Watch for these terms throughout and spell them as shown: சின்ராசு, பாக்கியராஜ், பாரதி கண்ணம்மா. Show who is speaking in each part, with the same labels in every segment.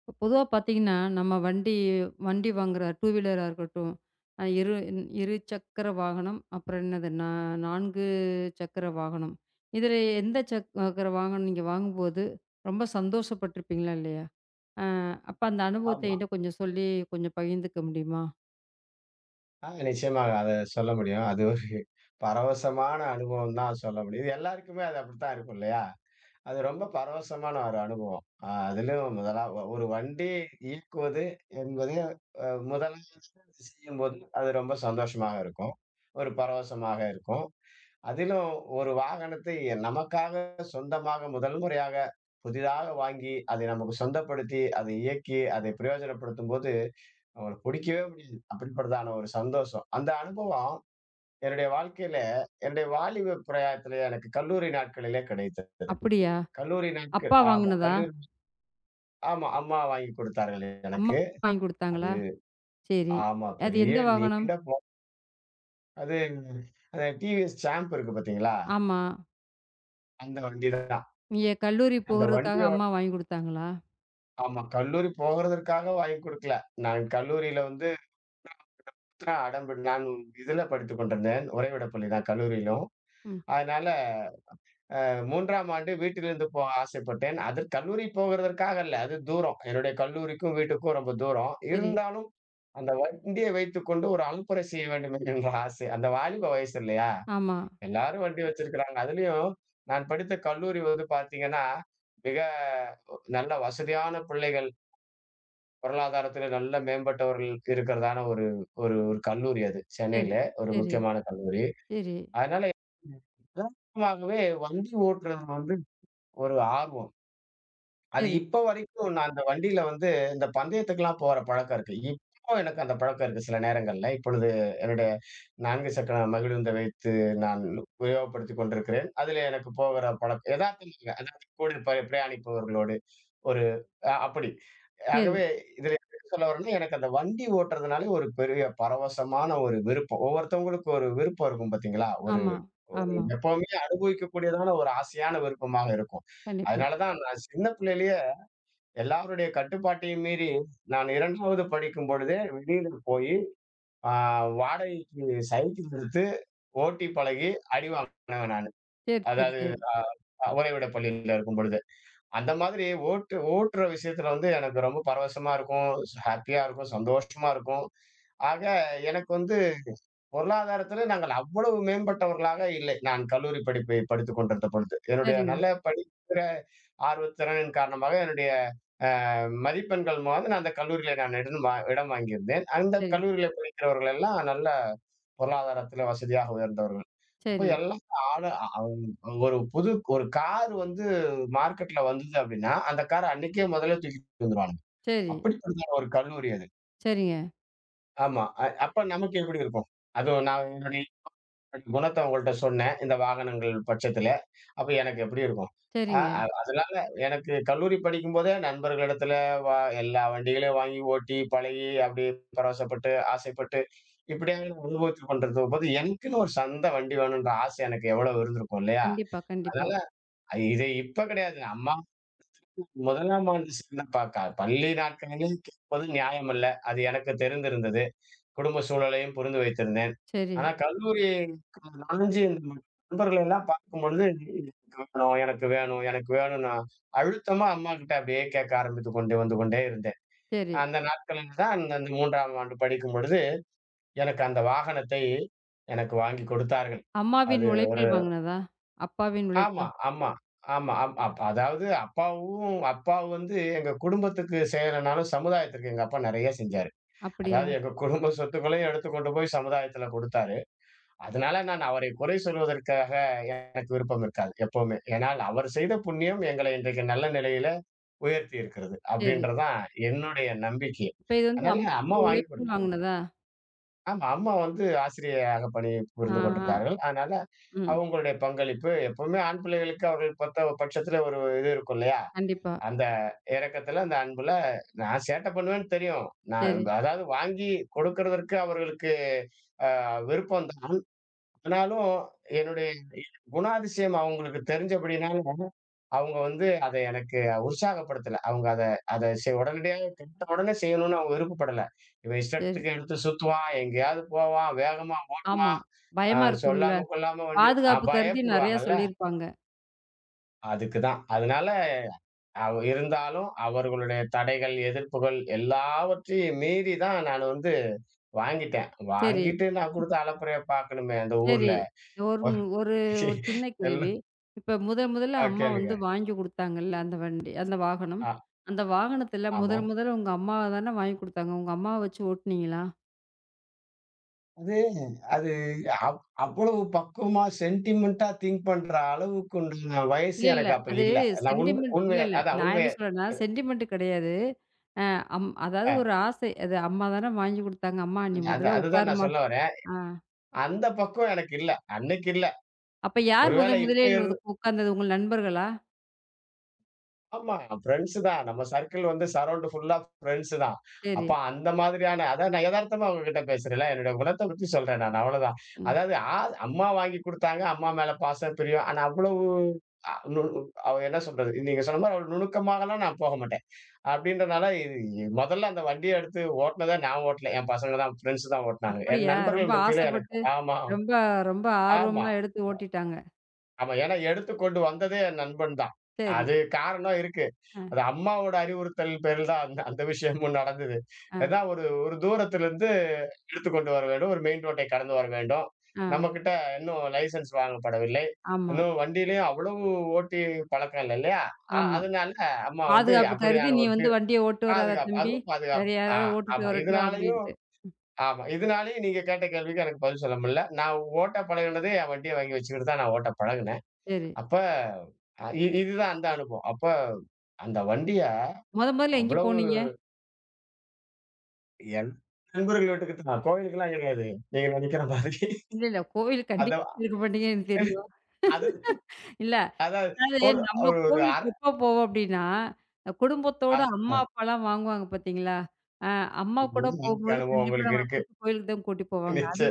Speaker 1: இப்போ பொதுவா பார்த்தீங்கன்னா, நம்ம வண்டி வண்டி வாங்குற two வீலரா இருக்கட்டும், அ இரு இரு சக்கர வாகனம், அப்புறம் என்னது 4 சக்கர வாகனம். இதில எந்த சக்கர வாகனம் நீங்க வாங்கும்போது ரொம்ப சந்தோஷப்பட்டுருப்பீங்களா இல்லையா? அ அப்ப அந்த அனுபவத்த
Speaker 2: ஆமா.
Speaker 1: என்ட்ட கொஞ்சம் சொல்லி கொஞ்சம் பகிர்ந்துக்க முடியுமா?
Speaker 2: நிச்சயமாக அத சொல்ல முடியும். அது ஒரு பரவசமான அனுபவம் தான் சொல்ல முடியும். இது எல்லாருக்குமே அது அப்படித்தான் இருக்கும் இல்லையா? அது ரொம்ப பரவசமான ஒரு அனுபவம். அதிலும் முதலா ஒரு வண்டி இயக்குவது என்பது முதலாவது செய்யும்போது அது ரொம்ப சந்தோஷமாக இருக்கும். ஒரு பரவசமாக இருக்கும். அதிலும் ஒரு வாகனத்தை நமக்காக சொந்தமாக முதல் முறையாக புதிதாக வாங்கி, அதை நமக்கு சொந்தப்படுத்தி, அதை இயக்கி, அதை பிரயோஜனப்படுத்தும்போது, அவங்களுக்கு பிடிக்கவே முடியாது. அப்படிப்பட்டதான ஒரு சந்தோஷம். அந்த அனுபவம் என்னுடைய வாழ்க்கையில, என்னுடைய வாலிப பிரயாணத்திலே எனக்கு கல்லூரி நாட்களிலே கிடைத்தது.
Speaker 1: அப்படியா?
Speaker 2: கல்லூரி நாட்கள்
Speaker 1: அப்பா
Speaker 2: ஆமா,
Speaker 1: வாங்குனதா?
Speaker 2: கல்லூரி ஆமா, அம்மா வாங்கி கொடுத்தார்கள்
Speaker 1: அம்மா
Speaker 2: எனக்கு.
Speaker 1: வாங்கி
Speaker 2: அது
Speaker 1: குடுத்தாங்களா? சரி.
Speaker 2: ஆமா,
Speaker 1: அது
Speaker 2: பெரிய
Speaker 1: எந்த வாகனம்?
Speaker 2: நீண்ட அது அந்த டிவிஎஸ் சாம்ப் இருக்கு பார்த்தீங்களா?
Speaker 1: ஆமா.
Speaker 2: அந்த வண்டி தான்.
Speaker 1: நீங்க கல்லூரி
Speaker 2: அந்த
Speaker 1: போகுறதுக்காக
Speaker 2: வண்டியோட
Speaker 1: அம்மா வாங்கி குடுத்தாங்களா?
Speaker 2: ஆமா. கல்லூரி போகறதற்காக வாங்கி குடுக்கல. நான் கல்லூரியில வந்து அடம் பிடி நான் இதுல படித்துக் கொண்டிருந்தேன். உறைவிடப் பள்ளி தான் கல்லூரியிலும்.
Speaker 1: ம்.
Speaker 2: அதனால 3ஆம் ஆண்டு வீட்டிலிருந்து போக ஆசைப்பட்டேன். அது கல்லூரி போகறதற்காக அல்ல. அது தூரம். என்னுடைய கல்லூரிக்கும், வீட்டுக்கும் ரொம்ப தூரம்.
Speaker 1: சரி.
Speaker 2: இருந்தாலும் அந்த வண்டியை வைத்துக்கொண்டு ஒரு அலப்பறை செய்ய வேண்டும் என்கின்ற ஆசை. அந்த வாலிப வயசு இல்லையா?
Speaker 1: ஆமா.
Speaker 2: எல்லாரும் வண்டி வச்சிருக்கிறாங்க. அதுலயும் நான் படித்த கல்லூரி வந்து பார்த்தீங்கன்னா, மிக நல்ல வசதியான பிள்ளைகள் பொருளாதாரத்தில நல்ல மேம்பட்டவர்களுக்கு இருக்கிறதான ஒரு ஒரு ஒரு கல்லூரி அது.
Speaker 1: சரி,
Speaker 2: சென்னையில ஒரு
Speaker 1: சரி.
Speaker 2: முக்கியமான கல்லூரி.
Speaker 1: சரி,
Speaker 2: அதனால ம். வண்டி ஓட்டுறது வந்து ஒரு ஆர்வம். அது
Speaker 1: சரி,
Speaker 2: இப்ப வரைக்கும் நான் அந்த வண்டியில வந்து இந்த பந்தயத்துக்குலாம் போற பழக்கம் இருக்கு. இப்போ எனக்கு அந்த பழக்கம் இருக்கு சில நேரங்கள்ல. இப்பொழுது என்னுடைய 4 சக்கர மகிழுந்தை வைத்து நான் உபயோகப்படுத்திக் கொண்டிருக்கிறேன். அதிலே எனக்கு போகிற பழக்கம் எதார்த்தம் இல்ல. அதாவது கூட பிரயாணிப்பவர்களோடு ஒரு அப்படி.
Speaker 1: சரி.
Speaker 2: ஆகவே இதில என்ன சொல்ல வரேன்னா, எனக்கு அந்த வண்டி ஓட்டுறதுனாலே ஒரு பெரிய பரவசமான ஒரு விருப்பம். ஒவ்வொருத்தவங்களுக்கு ஒரு விருப்பம் இருக்கும் பார்த்தீங்களா? ஒரு
Speaker 1: ஆமா, ஆமா.
Speaker 2: எப்பவுமே அனுபவிக்கக்கூடியதான ஒரு ஆசையான விருப்பமாக இருக்கும்.
Speaker 1: கண்டிப்பா.
Speaker 2: அதனால தான் நான் சின்ன பிள்ளையிலேயே எல்லாருடைய கட்டுப்பாட்டையும் மீறி, நான் 2வது படிக்கும் பொழுதே வெளியில போயி, ஆ வாடகைக்கு சைக்கிள் எடுத்து ஓட்டி பழகி அடி வாங்குனவன் நானு.
Speaker 1: சரி, சரி,
Speaker 2: அதாவது
Speaker 1: சரி.
Speaker 2: உறைவிடப் பள்ளியில இருக்கும் பொழுது. அந்த மாதிரி ஓட்டுற விஷயத்துல வந்து எனக்கு ரொம்ப பரவசமா இருக்கும், ஹேப்பியா இருக்கும், சந்தோஷமா இருக்கும். ஆக எனக்கு வந்து பொருளாதாரத்துல நாங்கள் அவ்வளவு மேம்பட்டவர்களாக இல்லை. நான் கல்லூரி படிப்பை படித்துக் கொண்டிருந்த பொழுது. என்னுடைய
Speaker 1: சரிங்க.
Speaker 2: நல்ல படிக்கிற ஆர்வத்திறனின் காரணமாக என்னுடைய மதிப்பெண்கள் மோத நான் அந்த கல்லூரியில நான் இடம் வாங்கியிருந்தேன். அந்த
Speaker 1: சரி,
Speaker 2: கல்லூரியில படிக்கிறவர்கள் எல்லாம் நல்ல பொருளாதாரத்தில வசதியாக உயர்ந்தவர்கள். அப்ப
Speaker 1: சரி,
Speaker 2: எல்லாம் ஆளு அ அவ் ஒரு புது ஒரு கார் வந்து மார்க்கெட்ல வந்தது அப்படின்னா, அந்த கார அன்னைக்கே முதல்ல தூக்கிட்டு வந்துருவானுங்க.
Speaker 1: சரி,
Speaker 2: அப்படிப்பட்டதான ஒரு கல்லூரி அது.
Speaker 1: சரிங்க,
Speaker 2: ஆமா. அப்ப நமக்கு எப்படி இருக்கும்? அதுவும் நான் என்னுடைய குணத்த உங்கள்ட்ட சொன்னேன். இந்த வாகனங்கள் பட்சத்தில. அப்ப எனக்கு எப்படி இருக்கும்? அ
Speaker 1: சரிங்க.
Speaker 2: அ அதனால எனக்கு கல்லூரி படிக்கும்போதே நண்பர்களிடத்துல வா எல்லா வண்டிகளையும் வாங்கி ஓட்டி, பழகி, அப்படி பரவசப்பட்டு, ஆசைப்பட்டு, இப்படியாக அனுபவத்தில் பண்றதும்போது, எனக்குன்னு ஒரு சொந்த வண்டி வேணுன்ற ஆசை எனக்கு எவ்வளவு இருந்திருக்கும் இல்லையா?
Speaker 1: கண்டிப்பா, கண்டிப்பா.
Speaker 2: அதனால இது இப்ப கிடையாது. அம்மா முதலாம் ஆண்டு சேர்ந்தப்ப பள்ளி நாட்களிலே கேட்பது நியாயம் அல்ல. அது எனக்கு தெரிந்திருந்தது. குடும்ப சூழலையும் புரிந்து வைத்திருந்தேன்.
Speaker 1: சரி,
Speaker 2: ஆனா கல்லூரிக்கு நனைஞ்சு இந்த நண்பர்களை எல்லாம் பார்க்கும்பொழுது, எனக்கு வேணும், எனக்கு வேணும், எனக்கு வேணும்ன்னு அழுத்தமா அம்மாகிட்ட அப்படியே கேட்க ஆரம்பித்துக் கொண்டு வந்து கொண்டே இருந்தேன்.
Speaker 1: சரி.
Speaker 2: அந்த நாட்களில் தான் இந்த 3ஆம் ஆண்டு படிக்கும்பொழுது, எனக்கு அந்த வாகனத்தை எனக்கு வாங்கி கொடுத்தார்கள்.
Speaker 1: அம்மாவின்
Speaker 2: அது ஒரு
Speaker 1: உழைப்பில் வாங்குனதா? அப்பாவின்
Speaker 2: ஆமா,
Speaker 1: உழைப்பா?
Speaker 2: ஆமா, ஆமா. அப் அப் அதாவது அப்பா வந்து எங்க குடும்பத்துக்கு செய்யலைனாலும் சமுதாயத்திற்கு எங்க அப்பா நெறைய செஞ்சாரு.
Speaker 1: அப்படியா?
Speaker 2: அதாவது எங்க குடும்ப சொத்துக்களையும் எடுத்து கொண்டு போய் சமுதாயத்தில கொடுத்தாரு. அதனால நான் அவரை குறை சொல்வதற்காக எனக்கு விருப்பம் இருக்காது எப்பவுமே. ஏனால் அவர் செய்த புண்ணியம் எங்களை இன்றைக்கு நல்ல நிலையில உயர்த்தி இருக்கிறது.
Speaker 1: சரி.
Speaker 2: அப்படின்றதுதான் என்னுடைய நம்பிக்கை.
Speaker 1: இப்ப இது வந்து
Speaker 2: அதனால அம்மா
Speaker 1: அம்மாவுடைய
Speaker 2: வாங்கி
Speaker 1: உழைப்பில்
Speaker 2: கொடுத்தாங்க.
Speaker 1: வாங்குனதா?
Speaker 2: ஆமா அம்மா வந்து ஆசிரியையாக பணி
Speaker 1: ஆ,
Speaker 2: புரிந்து
Speaker 1: ஆ.
Speaker 2: கொண்டிருந்தார்கள். அதனால
Speaker 1: ம்.
Speaker 2: அவங்களுடைய பங்களிப்பு எப்பவுமே ஆண் பிள்ளைகளுக்கு அவர்கள் பொறுத்த பட்சத்துல ஒரு இது இருக்கும் இல்லையா?
Speaker 1: கண்டிப்பா.
Speaker 2: அந்த இரக்கத்துல, அந்த அன்புல நான் சேட்டை பண்ணுவேன்னு தெரியும்.
Speaker 1: சரி,
Speaker 2: நான் அதாவது வாங்கி கொடுக்கிறதற்கு அவர்களுக்கு அ விருப்பம் தான். ஆனாலும் என்னுடைய குணாதிசயம் அவங்களுக்கு தெரிஞ்சபடினால, அவங்க வந்து அத எனக்கு உற்சாகப்படுத்தல. அவங்க அத அத செ உடனடியா கேட்ட உடனே செய்யணும்னு அவங்க விருப்பப்படல. இவன்
Speaker 1: சரி.
Speaker 2: இஷ்டத்துக்கு எடுத்து சுத்துவான், எங்கேயாவது போவான், வேகமா
Speaker 1: ஆமா.
Speaker 2: ஓட்டுவான், அ
Speaker 1: பயமா இருக்கும்ல.
Speaker 2: சொல்லாம கொள்ளாம வண்டி
Speaker 1: பாதுகாப்பு கருதி நெறையா
Speaker 2: பயப்படுவாங்கல்ல,
Speaker 1: சொல்லியிருப்பாங்க.
Speaker 2: அதுக்கு தான். அதனால இருந்தாலும் அவர்களுடைய தடைகள், எதிர்ப்புகள் எல்லாவற்றையும் மீறி தான் நான் வந்து வாங்கிட்டேன்.
Speaker 1: சரி.
Speaker 2: வாங்கிட்டு நான் குடுத்த அலப்பறைய பார்க்கணுமே அந்த
Speaker 1: சரி.
Speaker 2: ஊர்ல.
Speaker 1: ஒரு ஒரு ஒரு சின்ன கேள்வி. இப்ப முதல் முதல்ல அம்மா
Speaker 2: கேளுங்க.
Speaker 1: வந்து வாங்கி குடுத்தாங்கல்ல அந்த வண்டி, அந்த வாகனம்.
Speaker 2: ஆ,
Speaker 1: அந்த வாகனத்துல
Speaker 2: ஆமா.
Speaker 1: முதல் முதல்ல உங்க அம்மாவ தானே வாங்கி குடுத்தாங்க. உங்க அம்மாவ வச்சு ஓட்டுனீங்களா?
Speaker 2: அது அது அவ் அவ்வளவு பக்குவமா சென்டிமென்ட்டா திங்க் பண்ற அளவுக்கு உண்டான வயசு
Speaker 1: இல்ல, இல்ல.
Speaker 2: எனக்கு அப்ப
Speaker 1: அது
Speaker 2: இல்ல. நான்
Speaker 1: சென்டிமெண்ட் இல்ல,
Speaker 2: உண்மைய
Speaker 1: இல்ல.
Speaker 2: அதான்
Speaker 1: நான்
Speaker 2: உண்மைய
Speaker 1: என்ன சொல்றேன்னா, சென்டிமெண்ட் கிடையாது. அ அம் அதாவது
Speaker 2: அ
Speaker 1: ஒரு ஆசை. அது அம்மா தானே வாங்கி குடுத்தாங்க. அம்மா நீ
Speaker 2: அது
Speaker 1: முதல்ல
Speaker 2: அதுதான் நான்
Speaker 1: உட்காருமா.
Speaker 2: சொல்ல வரேன்.
Speaker 1: ஆ.
Speaker 2: அந்த பக்குவம் எனக்கு இல்ல. அன்னைக்கு இல்ல.
Speaker 1: அப்ப யார்
Speaker 2: ஒருவேளை
Speaker 1: முதல்
Speaker 2: இப்ப
Speaker 1: முதலில் உட்கார்ந்தது? உங்க நண்பர்களா?
Speaker 2: ஆமா. ஃபிரெண்ட்ஸ் தான். நம்ம சர்க்கிள் வந்து சரவுண்ட் ஃபுல்லா ஃபிரெண்ட்ஸ் தான்.
Speaker 1: சரி.
Speaker 2: அப்ப அந்த மாதிரியான அதான் நான் எதார்த்தமா உங்ககிட்ட பேசுறேன்ல. என்னுடைய குணத்த பத்தி சொல்றேன் நான் அவ்வளவுதான்.
Speaker 1: ம்.
Speaker 2: அதாவது அம்மா வாங்கி குடுத்தாங்க. அம்மா மேல பாசம், பிரியம். ஆனா அவ்வளவு அ நு அவ என்ன சொல்றது? நீங்க சொன்ன மாரி அவ்வளவு நுணுக்கமாகலாம் நான் போக மாட்டேன். அப்படின்றனால இது மொதல்ல அந்த வண்டிய எடுத்து ஓட்டுனதே நான் ஓட்டல. என் பசங்க தான் ஃபிரெண்ட்ஸ் தான் ஓட்டுனாங்க. என்
Speaker 1: அப்படியா? ரொம்ப
Speaker 2: நண்பர்கள் மத்தியில எனக்கு
Speaker 1: ஆசைப்பட்டு,
Speaker 2: ஆமா,
Speaker 1: ரொம்ப ரொம்ப
Speaker 2: ஆமா.
Speaker 1: ஆர்வமா எடுத்து ஓட்டிட்டாங்க.
Speaker 2: ஆமா. ஏன்னா எடுத்துக்கொண்டு வந்ததே என் நண்பன் தான்.
Speaker 1: சரி.
Speaker 2: அது காரணம் இருக்கு.
Speaker 1: அ,
Speaker 2: அது அம்மாவோட அறிவுறுத்தல் பேரில் தான் அந்த அந்த விஷயமும் நடந்தது.
Speaker 1: அ,
Speaker 2: அதான் ஒரு ஒரு தூரத்திலிருந்து எடுத்துக்கொண்டு வர வேண்டும். ஒரு மெயின் ரோட்டை கடந்து வர வேண்டும்.
Speaker 1: அ.
Speaker 2: நம்மகிட்ட இன்னும் லைசென்ஸ் வாங்கப்படவில்லை.
Speaker 1: ஆமா,
Speaker 2: இன்னும் வண்டியிலயும் அவ்வளவு ஓட்டி பழக்கம் இல்ல இல்லையா?
Speaker 1: ஆமா.
Speaker 2: அதனால அம்மா வந்து
Speaker 1: பாதுகாப்பு கருதி
Speaker 2: அப்படியான
Speaker 1: நீ
Speaker 2: ஒரு
Speaker 1: வந்து வண்டிய ஓட்டு வராத
Speaker 2: பாதுகாப்பு.
Speaker 1: தம்பி.
Speaker 2: அதுவும்
Speaker 1: வேற
Speaker 2: பாதுகாப்பு. ஆ
Speaker 1: யாராவது ஓட்டிட்டு
Speaker 2: ஆமா.
Speaker 1: வரட்டும்
Speaker 2: இதனாலயும்
Speaker 1: அப்டின்ட்டு.
Speaker 2: ஆமா. இதனாலயும் நீங்க கேட்ட கேள்விக்கு எனக்கு பதில் சொல்ல முடியல. நான் ஓட்ட பழகுனதே என் வண்டிய வாங்கி வச்சுக்கிட்டு தான் நான் ஓட்ட பழகுனேன்.
Speaker 1: சரி.
Speaker 2: அப்ப அ இ இதுதான் அந்த அனுபவம். அப்ப அந்த வண்டிய
Speaker 1: மொதல்ல எங்க
Speaker 2: அவ்வளவு
Speaker 1: போனீங்க?
Speaker 2: என் நண்பர்கள் வீட்டுக்கு தான் கோயிலுக்கெல்லாம் கிடையாது. நீங்க நெனைக்கிற மாதிரி.
Speaker 1: இல்ல, இல்ல. கோவில் கண்டிப்பா
Speaker 2: அத
Speaker 1: இருக்க மாட்டீங்கன்னு எனக்கு தெரியும்.
Speaker 2: அது
Speaker 1: இல்ல,
Speaker 2: அதாவது
Speaker 1: அதாவது
Speaker 2: ஒரு
Speaker 1: நம்ம
Speaker 2: ஒரு ஒரு
Speaker 1: கோவிலுக்கு எப்போ போவோம் அப்டின்னா, குடும்பத்தோட
Speaker 2: அ-
Speaker 1: அம்மா, அப்பாலாம் வாங்குவாங்க பார்த்தீங்களா? அ அம்மா கூட
Speaker 2: வாழ்க்கை
Speaker 1: போகும்போது
Speaker 2: அனுபவம்
Speaker 1: கண்டிப்பா
Speaker 2: உங்களுக்கு
Speaker 1: நம்மள
Speaker 2: இருக்கு.
Speaker 1: கூட்டு கோயிலுக்கு தான் கூட்டி போவாங்க. அது
Speaker 2: நிச்சய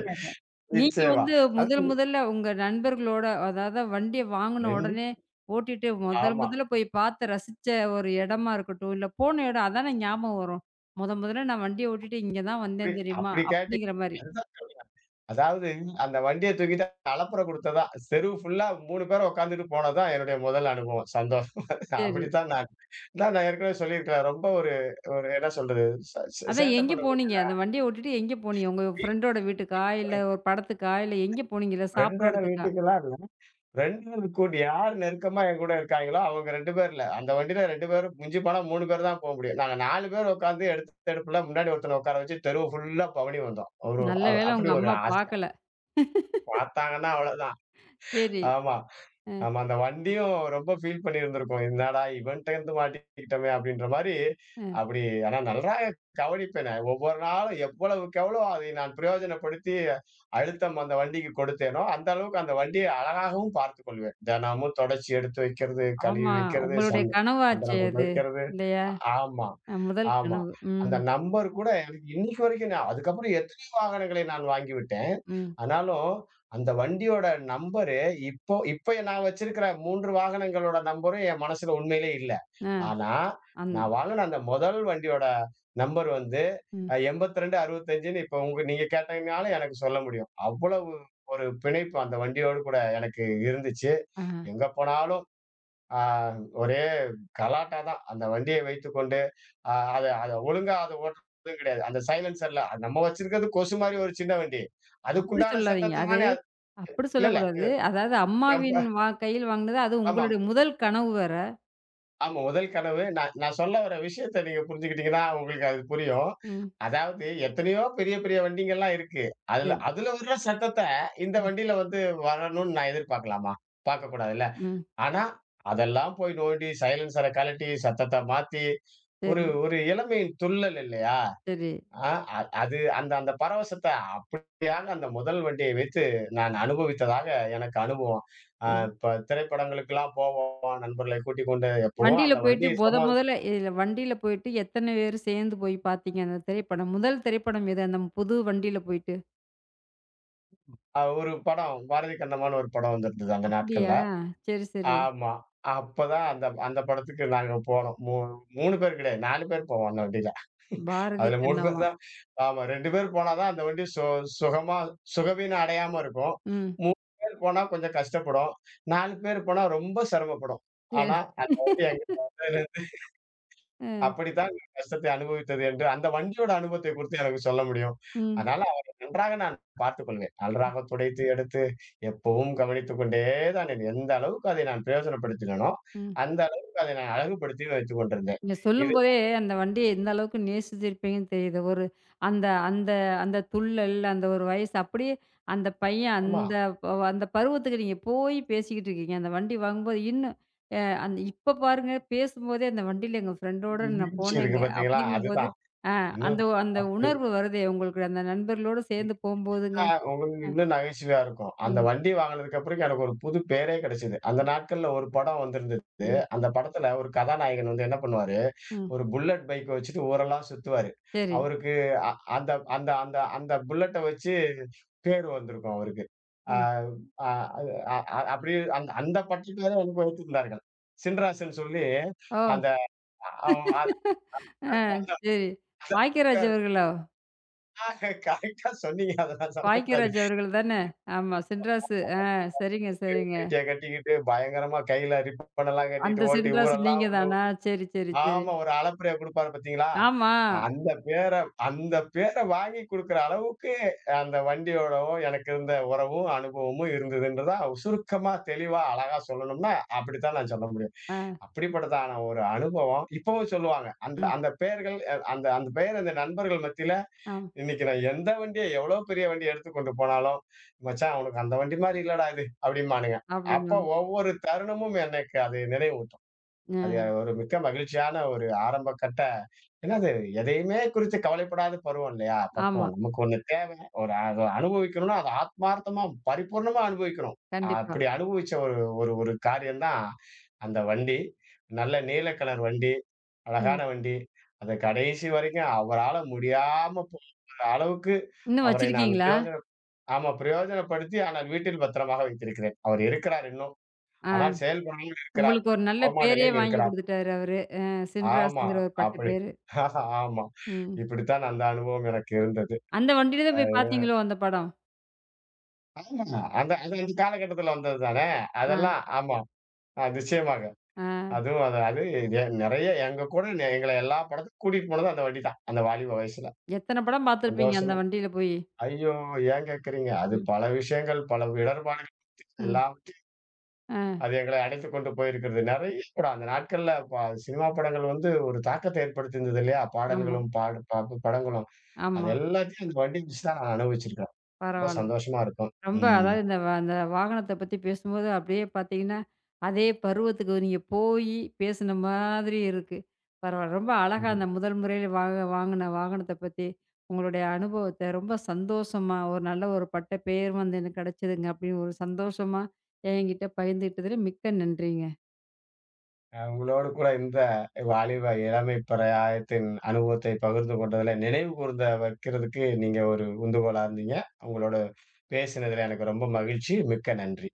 Speaker 1: நீங்க
Speaker 2: நிச்சயமா.
Speaker 1: வந்து
Speaker 2: அது
Speaker 1: முதல் முதல்ல உங்க நண்பர்களோட, அதாவது வண்டிய வாங்குன
Speaker 2: தெரிஞ்சு-
Speaker 1: உடனே ஓட்டிட்டு முதல்
Speaker 2: ஆமா.
Speaker 1: முதல்ல போய் பார்த்து ரசிச்ச ஒரு இடமா இருக்கட்டும், இல்ல போன இடம் அதானே ஞாபகம் வரும். மொதல்ல நான் வண்டிய ஓட்டிட்டு இங்க தான்
Speaker 2: அப்படி
Speaker 1: வந்தேன் தெரியுமா?"
Speaker 2: அப்படி கேட்டீங்க.
Speaker 1: அப்படிங்கிற மாரி.
Speaker 2: அதுதான். அதாவது அந்த வண்டிய தூக்கிட்டு அலப்பற குடுத்ததா, தெருவு ஃபுல்லா 3 பேர் உட்கார்ந்துட்டு போனதுதான் என்னுடைய முதல் அனுபவம். சந்தோஷம்.
Speaker 1: சரி.
Speaker 2: அப்படித்தான் நான் அதான் நான் ஏற்கனவே சொல்லியிருக்கிறேன். ரொம்ப ஒரு ஒரு என்ன சொல்றது? ச ச
Speaker 1: அதான்
Speaker 2: சேட்டை
Speaker 1: எங்க
Speaker 2: பண்ணக்கூடிய
Speaker 1: போனீங்க? அந்த வண்டிய ஓட்டிட்டு எங்க போனீங்க? உங்க
Speaker 2: வீ-
Speaker 1: ஃப்ரெண்டோட வீட்டுக்கா?
Speaker 2: ஒரு
Speaker 1: இல்ல ஒரு படத்துக்கா? இல்ல எங்க போனீங்க? இல்ல சாப்பிடுற
Speaker 2: ஃப்ரெண்டோட
Speaker 1: இடத்துக்கா?
Speaker 2: வீட்டுக்கெல்லாம் இல்ல. ஃப்ரெண்டுகள் கூட யார் நெருக்கமா என் கூட இருக்காங்களோ, அவங்க 2 பேர்ல அந்த வண்டியில 2 பேரும் மிஞ்சி போனா 3 பேர் தான் போ முடியும். நாங்க 4 பேர் உட்கார்ந்து எடுத்த எடுப்புல முன்னாடி ஒருத்தன உட்கார வச்சு தெருவு ஃபுல்லா பவனி வந்தோம். ஒரு
Speaker 1: நல்ல வேளை
Speaker 2: அப்படி
Speaker 1: உங்க
Speaker 2: ஒரு
Speaker 1: அம்மா
Speaker 2: ஆசை.
Speaker 1: பார்க்கல.
Speaker 2: பார்த்தாங்கன்னா அவ்வளவுதான்.
Speaker 1: சரி.
Speaker 2: ஆமா.
Speaker 1: அ,
Speaker 2: ஆமா. அந்த வண்டியும் ரொம்ப ஃபீல் பண்ணியிருந்திருக்கும். "என்னடா இவன்ட்டருந்து மாட்டிக்கிட்டோமே!" அப்படின்ற மாரி,
Speaker 1: அ.
Speaker 2: அப்படி ஆனா நல்லா கவனிப்பேன் நான். ஒவ்வொரு நாளும் எவ்வளவுக்கெவ்வளோ அதை நான் பிரயோஜனப்படுத்தி அழுத்தம் அந்த வண்டிக்கு கொடுத்தேனோ, அந்த அளவுக்கு அந்த வண்டிய அழகாகவும் பார்த்துக்கொள்வேன். தினமும் தொடச்சி எடுத்து வைக்கிறது, கழுவி
Speaker 1: ஆமா.
Speaker 2: வைக்கிறது,
Speaker 1: உங்களுடைய
Speaker 2: சந்தன
Speaker 1: கனவாச்சே
Speaker 2: பொட்டு
Speaker 1: அது.
Speaker 2: வைக்கிறது.
Speaker 1: இல்லையா?
Speaker 2: அ ஆமா,
Speaker 1: முதல்
Speaker 2: ஆமா.
Speaker 1: கனவு.
Speaker 2: அந்த
Speaker 1: ம்,
Speaker 2: நம்பர் கூட எனக்கு இன்னைக்கு வரைக்கும் அதுக்கப்புறம் எத்தனையோ வாகனங்களை நான் வாங்கிவிட்டேன்.
Speaker 1: ம்.
Speaker 2: ஆனாலும் அந்த வண்டியோட நம்பரு இப்ப நான் வச்சிருக்கிற 3 வாகனங்களோட நம்பரும் என் மனசுல உண்மையிலே இல்ல.
Speaker 1: அ.
Speaker 2: ஆனா,
Speaker 1: அந்
Speaker 2: நான் வாங்குன அந்த முதல் வண்டியோட நம்பர் வந்து
Speaker 1: ம்.
Speaker 2: 82, 65ன்னு இப்ப நீங்க கேட்டதுனால எனக்கு சொல்ல முடியும். அவ்வளவு ஒரு பிணைப்பு அந்த வண்டியோடு கூட எனக்கு இருந்துச்சு.
Speaker 1: ஆஹ.
Speaker 2: எங்க போனாலும் அ ஒரே கலாட்டா தான். அந்த வண்டிய வைத்துக்கொண்டு அ அத அத ஒழுங்கா அத ஓட்டுறதும் கிடையாது. அந்த சைலன்சர்ல நம்ம வச்சிருக்கிறது கொசு மாரி ஒரு சின்ன வண்டி.
Speaker 1: அப்படி
Speaker 2: அதுக்குண்டான
Speaker 1: சொல்லாதீங்க.
Speaker 2: சத்தத்த
Speaker 1: அது
Speaker 2: தானே
Speaker 1: அப்படி
Speaker 2: இல்லல்ல.
Speaker 1: சொல்லக்கூடாது. அதாவது
Speaker 2: நம்ப
Speaker 1: அம்மாவின்
Speaker 2: ஆமாமா.
Speaker 1: கையில் வாங்கினது, அது
Speaker 2: ஆமா.
Speaker 1: உங்களுடைய முதல் கனவு வேற.
Speaker 2: ஆமா முதல் கனவு. நான் நான் சொல்ல வர விஷயத்த நீங்க புரிஞ்சுக்கிட்டீங்கன்னா, உங்களுக்கு அது புரியும்.
Speaker 1: ம்.
Speaker 2: அதாவது எத்தனையோ பெரிய, பெரிய வண்டிங்கலாம் இருக்கு.
Speaker 1: சரி.
Speaker 2: அதுல அதுல வர்ற சத்தத்த இந்த
Speaker 1: ம்.
Speaker 2: வண்டியில வந்து வரணும்னு நான் எதிர்பார்க்கலாமா? பார்க்கக்கூடாதுல்ல.
Speaker 1: ம்.
Speaker 2: ஆனா, அதெல்லாம் போய் நோண்டி சைலன்சர கழட்டி, சத்தத்த மாத்தி, ஒரு
Speaker 1: சரி,
Speaker 2: ஒரு இளமையின் துள்ளல் இல்லையா?
Speaker 1: சரி,
Speaker 2: ஆ, அது அந்த அந்த பரவசத்த அப்படியாக அந்த முதல் வண்டியை வைத்து நான் அனுபவித்ததாக எனக்கு அனுபவம்.
Speaker 1: சரி.
Speaker 2: இப்ப திரைப்படங்களுக்கெல்லாம் போவோம். நண்பர்களை கூட்டிக் கொண்டு எப்பவோ
Speaker 1: வண்டியில
Speaker 2: அந்த
Speaker 1: போயிட்டு
Speaker 2: வண்டி சும்மா
Speaker 1: மொதல்ல இதுல வண்டியில போயிட்டு எத்தன பேர் சேர்ந்து போய் பார்த்தீங்க அந்த திரைப்படம்? முதல் திரைப்படம் எது? அந்த புது வண்டியில போயிட்டு?
Speaker 2: ஒரு படம் பாரதி கண்ணம்மான்னு ஒரு படம் வந்திருந்தது அந்த
Speaker 1: அப்படியா?
Speaker 2: நாட்கள்ல.
Speaker 1: சரி, சரி.
Speaker 2: ஆமா. அப்பதான் அந்த அந்த படத்துக்கு நாங்க போனோம். 3 பேர் கிடையாது. 4 பேர் போவோம் அந்த வண்டியில.
Speaker 1: பாரதி
Speaker 2: அதுல 3 பேர்
Speaker 1: கண்ணம்மா.
Speaker 2: தான் ஆமா 2 பேர் போனா தான் அந்த வண்டி சுகமா சுகவீனம் அடையாம இருக்கும்.
Speaker 1: ம்.
Speaker 2: 3 பேர் போனா கொஞ்சம் கஷ்டப்படும். 4 பேர் போனா ரொம்ப சிரமப்படும். ஆனா
Speaker 1: சரி.
Speaker 2: அந்த வண்டி என்கிட்ட வந்து
Speaker 1: அ.
Speaker 2: அப்படித்தான் நான் கஷ்டத்தை அனுபவித்தது என்று அந்த வண்டியோட அனுபவத்தை குறித்து எனக்கு சொல்ல முடியும்.
Speaker 1: ம்.
Speaker 2: அதனால அவரை நன்றாக நான் பார்த்துக் கொள்வேன். நன்றாக துடைத்து எடுத்து எப்பவும் கவனித்துக் கொண்டே தான் என் எந்த அளவுக்கு அதை நான் பிரயோசனப்படுத்தினேனோ,
Speaker 1: ம்.
Speaker 2: அந்த அளவுக்கு அதை நான் அழகுபடுத்தியும் வைத்துக் கொண்டிருந்தேன்.
Speaker 1: நீங்க
Speaker 2: இது
Speaker 1: சொல்லும்போதே அந்த வண்டிய எந்த அளவுக்கு நேசிச்சிருப்பீங்கன்னு தெரியுது. ஒரு அந்த அந்த அந்த துள்ளல், அந்த ஒரு வயசு அப்படியே அந்த பையன்
Speaker 2: ஆமா.
Speaker 1: ப அந்த பருவத்துக்கு நீங்க போய் பேசிக்கிட்டு இருக்கீங்க. அந்த வண்டி வாங்கும்போது இன்னும் அந்த இப்ப பாருங்க பேசும்போதே அந்த வண்டியில எங்க ஃப்ரெண்டோட நான்
Speaker 2: வீழ்ச்சி இருக்கு
Speaker 1: போனேங்க
Speaker 2: பார்த்தீங்களா?
Speaker 1: அப்படிங்கும்போது,
Speaker 2: அதுதான். இன்னும்
Speaker 1: அந்த
Speaker 2: அ இ-
Speaker 1: உணர்வு வருதே உங்களுக்கு அந்த நண்பர்களோட சேர்ந்து போம்போதுங்க.
Speaker 2: இன்னும் உங்களுக்கு இன்னும் நகைச்சுவையா இருக்கும். அந்த
Speaker 1: ம்,
Speaker 2: வண்டி வாங்குனதுக்கு அப்புறம் எனக்கு ஒரு புது பேரே கிடைச்சது. அந்த நாட்கள்ல ஒரு படம் வந்திருந்தது.
Speaker 1: ம்,
Speaker 2: அந்த படத்துல ஒரு கதாநாயகன் வந்து என்ன பண்ணுவாரு
Speaker 1: ம்.
Speaker 2: ஒரு புல்லட் பைக்க வச்சுட்டு ஊரெல்லாம் சுத்துவாரு.
Speaker 1: சரி.
Speaker 2: அவருக்கு அ அந்த அந்த அந்த அந்த புல்லட்ட வச்சு பேர் வந்திருக்கும் அவருக்கு. அ
Speaker 1: ம்.
Speaker 2: அ அது அ அ அப்படியே அந்த அந்த பர்டிகுலரா எனக்கு வைத்திருந்தார்கள். சின்ராசுன்னு சொல்லி
Speaker 1: ஓ!
Speaker 2: அந்த அவ அது
Speaker 1: ஆ
Speaker 2: அந்த
Speaker 1: சரி.
Speaker 2: அந்த
Speaker 1: பாக்கியராஜ் அவர்களோ?
Speaker 2: ஆ கரெக்ட்டா சொன்னீங்க. அதெல்லாம் சொல்லக்கூடாது.
Speaker 1: பாக்கியராஜ் அவர்கள் தானே? ஆமா. சின்ராசு. ஆ சரிங்க, சரிங்க.
Speaker 2: வேட்டிய கட்டிக்கிட்டு பயங்கரமா கையில ரிப்பன் எல்லாம்
Speaker 1: அந்த
Speaker 2: கட்டிட்டு ஓட்டி
Speaker 1: சின்ராசு
Speaker 2: ஊரெல்லாம்
Speaker 1: நீங்க தானா? சரி, சரி, சரி.
Speaker 2: ஆமா. ஒரு அலப்பறைய குடுப்பாரு பாத்தீங்களா?
Speaker 1: ஆமா.
Speaker 2: அந்த பேர அந்த பேர வாங்கி குடுக்குற அளவுக்கு அந்த வண்டியோடவும் எனக்கு இருந்த உறவும், அனுபவமும் இருந்ததுன்றத சுருக்கமா, தெளிவா, அழகா சொல்லணும்னா, அப்படித்தான் நான் சொல்ல முடியும்.
Speaker 1: ஆ,
Speaker 2: அப்படிப்பட்டதான ஒரு அனுபவம் இப்பவும் சொல்லுவாங்க. அந்த
Speaker 1: ம்.
Speaker 2: அந்த பெயர்கள் அந்த அந்த பெயர் அந்த நண்பர்கள் மத்தியில
Speaker 1: ஆமா.
Speaker 2: இன்னைக்கு நான் எந்த வண்டிய எவ்வளோ பெரிய வண்டிய எடுத்துக் கொண்டு போனாலும், "மச்சான் உனக்கு அந்த வண்டி மாரி இல்லடா இது" அப்படிம்பானுங்க. அப்ப
Speaker 1: அப்படின்னுவாங்க.
Speaker 2: ஒவ்வொரு தருணமும் எனக்கு அது நினைவூட்டும். அது
Speaker 1: அ
Speaker 2: ஒரு மிக்க மகிழ்ச்சியான ஒரு ஆரம்ப கட்ட ஏன்னா அது எதையுமே குறித்து கவலைப்படாத பருவம் இல்லையா?
Speaker 1: ஆமா.
Speaker 2: பக்குவம். நமக்கு ஒண்ணு தேவை. ஒரு அத அனுபவிக்கணும்னா, அத ஆத்மார்த்தமா பரிபூர்ணமா அனுபவிக்கணும்.
Speaker 1: கண்டிப்பா.
Speaker 2: அப்படி அனுபவிச்ச ஒரு ஒரு ஒரு காரியம் தான் அந்த வண்டி. நல்ல நீல கலர் வண்டி, அழகான
Speaker 1: ம்.
Speaker 2: வண்டி. அது கடைசி வரைக்கும் அவரால முடியாம போற அளவுக்கு
Speaker 1: இன்னும்
Speaker 2: அவரை நான்
Speaker 1: வச்சிருக்கீங்களா?
Speaker 2: ஆமா பிரயோஜனப்படுத்தி ஆனால் வீட்டில் பத்திரமாக வைத்திருக்கிறேன். அவர் இருக்கிறார் இன்னும். ஆனால்
Speaker 1: ஆ.
Speaker 2: செயல்படாமல் இருக்கிறார்.
Speaker 1: உங்களுக்கு ஒரு நல்ல
Speaker 2: கோமா
Speaker 1: பேரே
Speaker 2: நிலையில்
Speaker 1: வாங்கி
Speaker 2: இருக்கிறார்.
Speaker 1: குடுத்துட்டாரு அவரு.
Speaker 2: ஆமா.
Speaker 1: சின்ராசுங்கிற ஒரு பட்ட
Speaker 2: அப்படி
Speaker 1: பேரு.
Speaker 2: ஆமா.
Speaker 1: ம்.
Speaker 2: இப்படித்தான் அந்த அனுபவம் எனக்கு இருந்தது.
Speaker 1: அந்த வண்டியில தான்
Speaker 2: அ
Speaker 1: போய் பார்த்தீங்களோ அந்த படம்?
Speaker 2: ஆமா. அந்த அது அந்த காலகட்டத்தில வந்தது தானே!
Speaker 1: ஆ,
Speaker 2: அதெல்லாம் ஆமா. நிச்சயமாக.
Speaker 1: ஆ.
Speaker 2: அதுவும் அது அது நெறைய எங்க கூட எங்கள எல்லா படத்துக்கும் கூட்டிட்டு போனது அந்த வண்டி தான். அந்த வாலிப வயசுல.
Speaker 1: எத்தன படம் பார்த்துருப்பீங்க அந்த
Speaker 2: சந்தோஷமா
Speaker 1: வண்டியில போய்?
Speaker 2: ஐயோ! ஏன் கேட்கிறீங்க? அது
Speaker 1: ம்,
Speaker 2: பல விஷயங்கள், பல இடர்பாடுகள்
Speaker 1: ம்.
Speaker 2: எல்லாம்
Speaker 1: ஆ.
Speaker 2: அது எங்களை அழைத்துக் கொண்டு போயிருக்கிறது. நெறைய படம் அந்த நாட்கள்ல சினிமா படங்கள் வந்து ஒரு தாக்கத்தை ஏற்படுத்தியிருந்தது இல்லையா?
Speaker 1: ஆமா,
Speaker 2: பாடல்களும், பாடு ப படங்களும். அது
Speaker 1: ஆமா.
Speaker 2: எல்லாத்தையும் அந்த வண்டிய வச்சு தான் நான் அனுபவிச்சிருக்கேன். ரொம்ப
Speaker 1: பரவால்ல.
Speaker 2: சந்தோஷமா இருக்கும்.
Speaker 1: ரொம்ப
Speaker 2: ம்.
Speaker 1: அதாவது இந்த அந்த வாகனத்த பத்தி பேசும்போது அப்படியே பார்த்தீங்கன்னா, அதே பருவத்துக்கு நீங்க போயி பேசுன மாதிரி இருக்கு. பரவால்ல. ரொம்ப அழகா
Speaker 2: ம்ஹ்ம்.
Speaker 1: அந்த முதல் முறையில வாங்குன வாகனத்த பத்தி, உங்களுடைய அனுபவத்த ரொம்ப சந்தோஷமா, ஒரு நல்ல ஒரு பட்ட பெயர் வந்து எனக்கு கிடைச்சதுங்க அப்படின்னு ஒரு சந்தோஷமா என்கிட்ட பகிர்ந்துகிட்டதுல மிக்க நன்றிங்க.
Speaker 2: உங்களோடு கூட இந்த வாலிப இளமை பிரயாயத்தின் அனுபவத்தை பகிர்ந்து கொண்டதுல நினைவு கூர்ந்த வைக்கிறதுக்கு நீங்க ஒரு உந்துகோலா இருந்தீங்க. உங்களோட பேசினதுல எனக்கு ரொம்ப மகிழ்ச்சி. மிக்க நன்றி.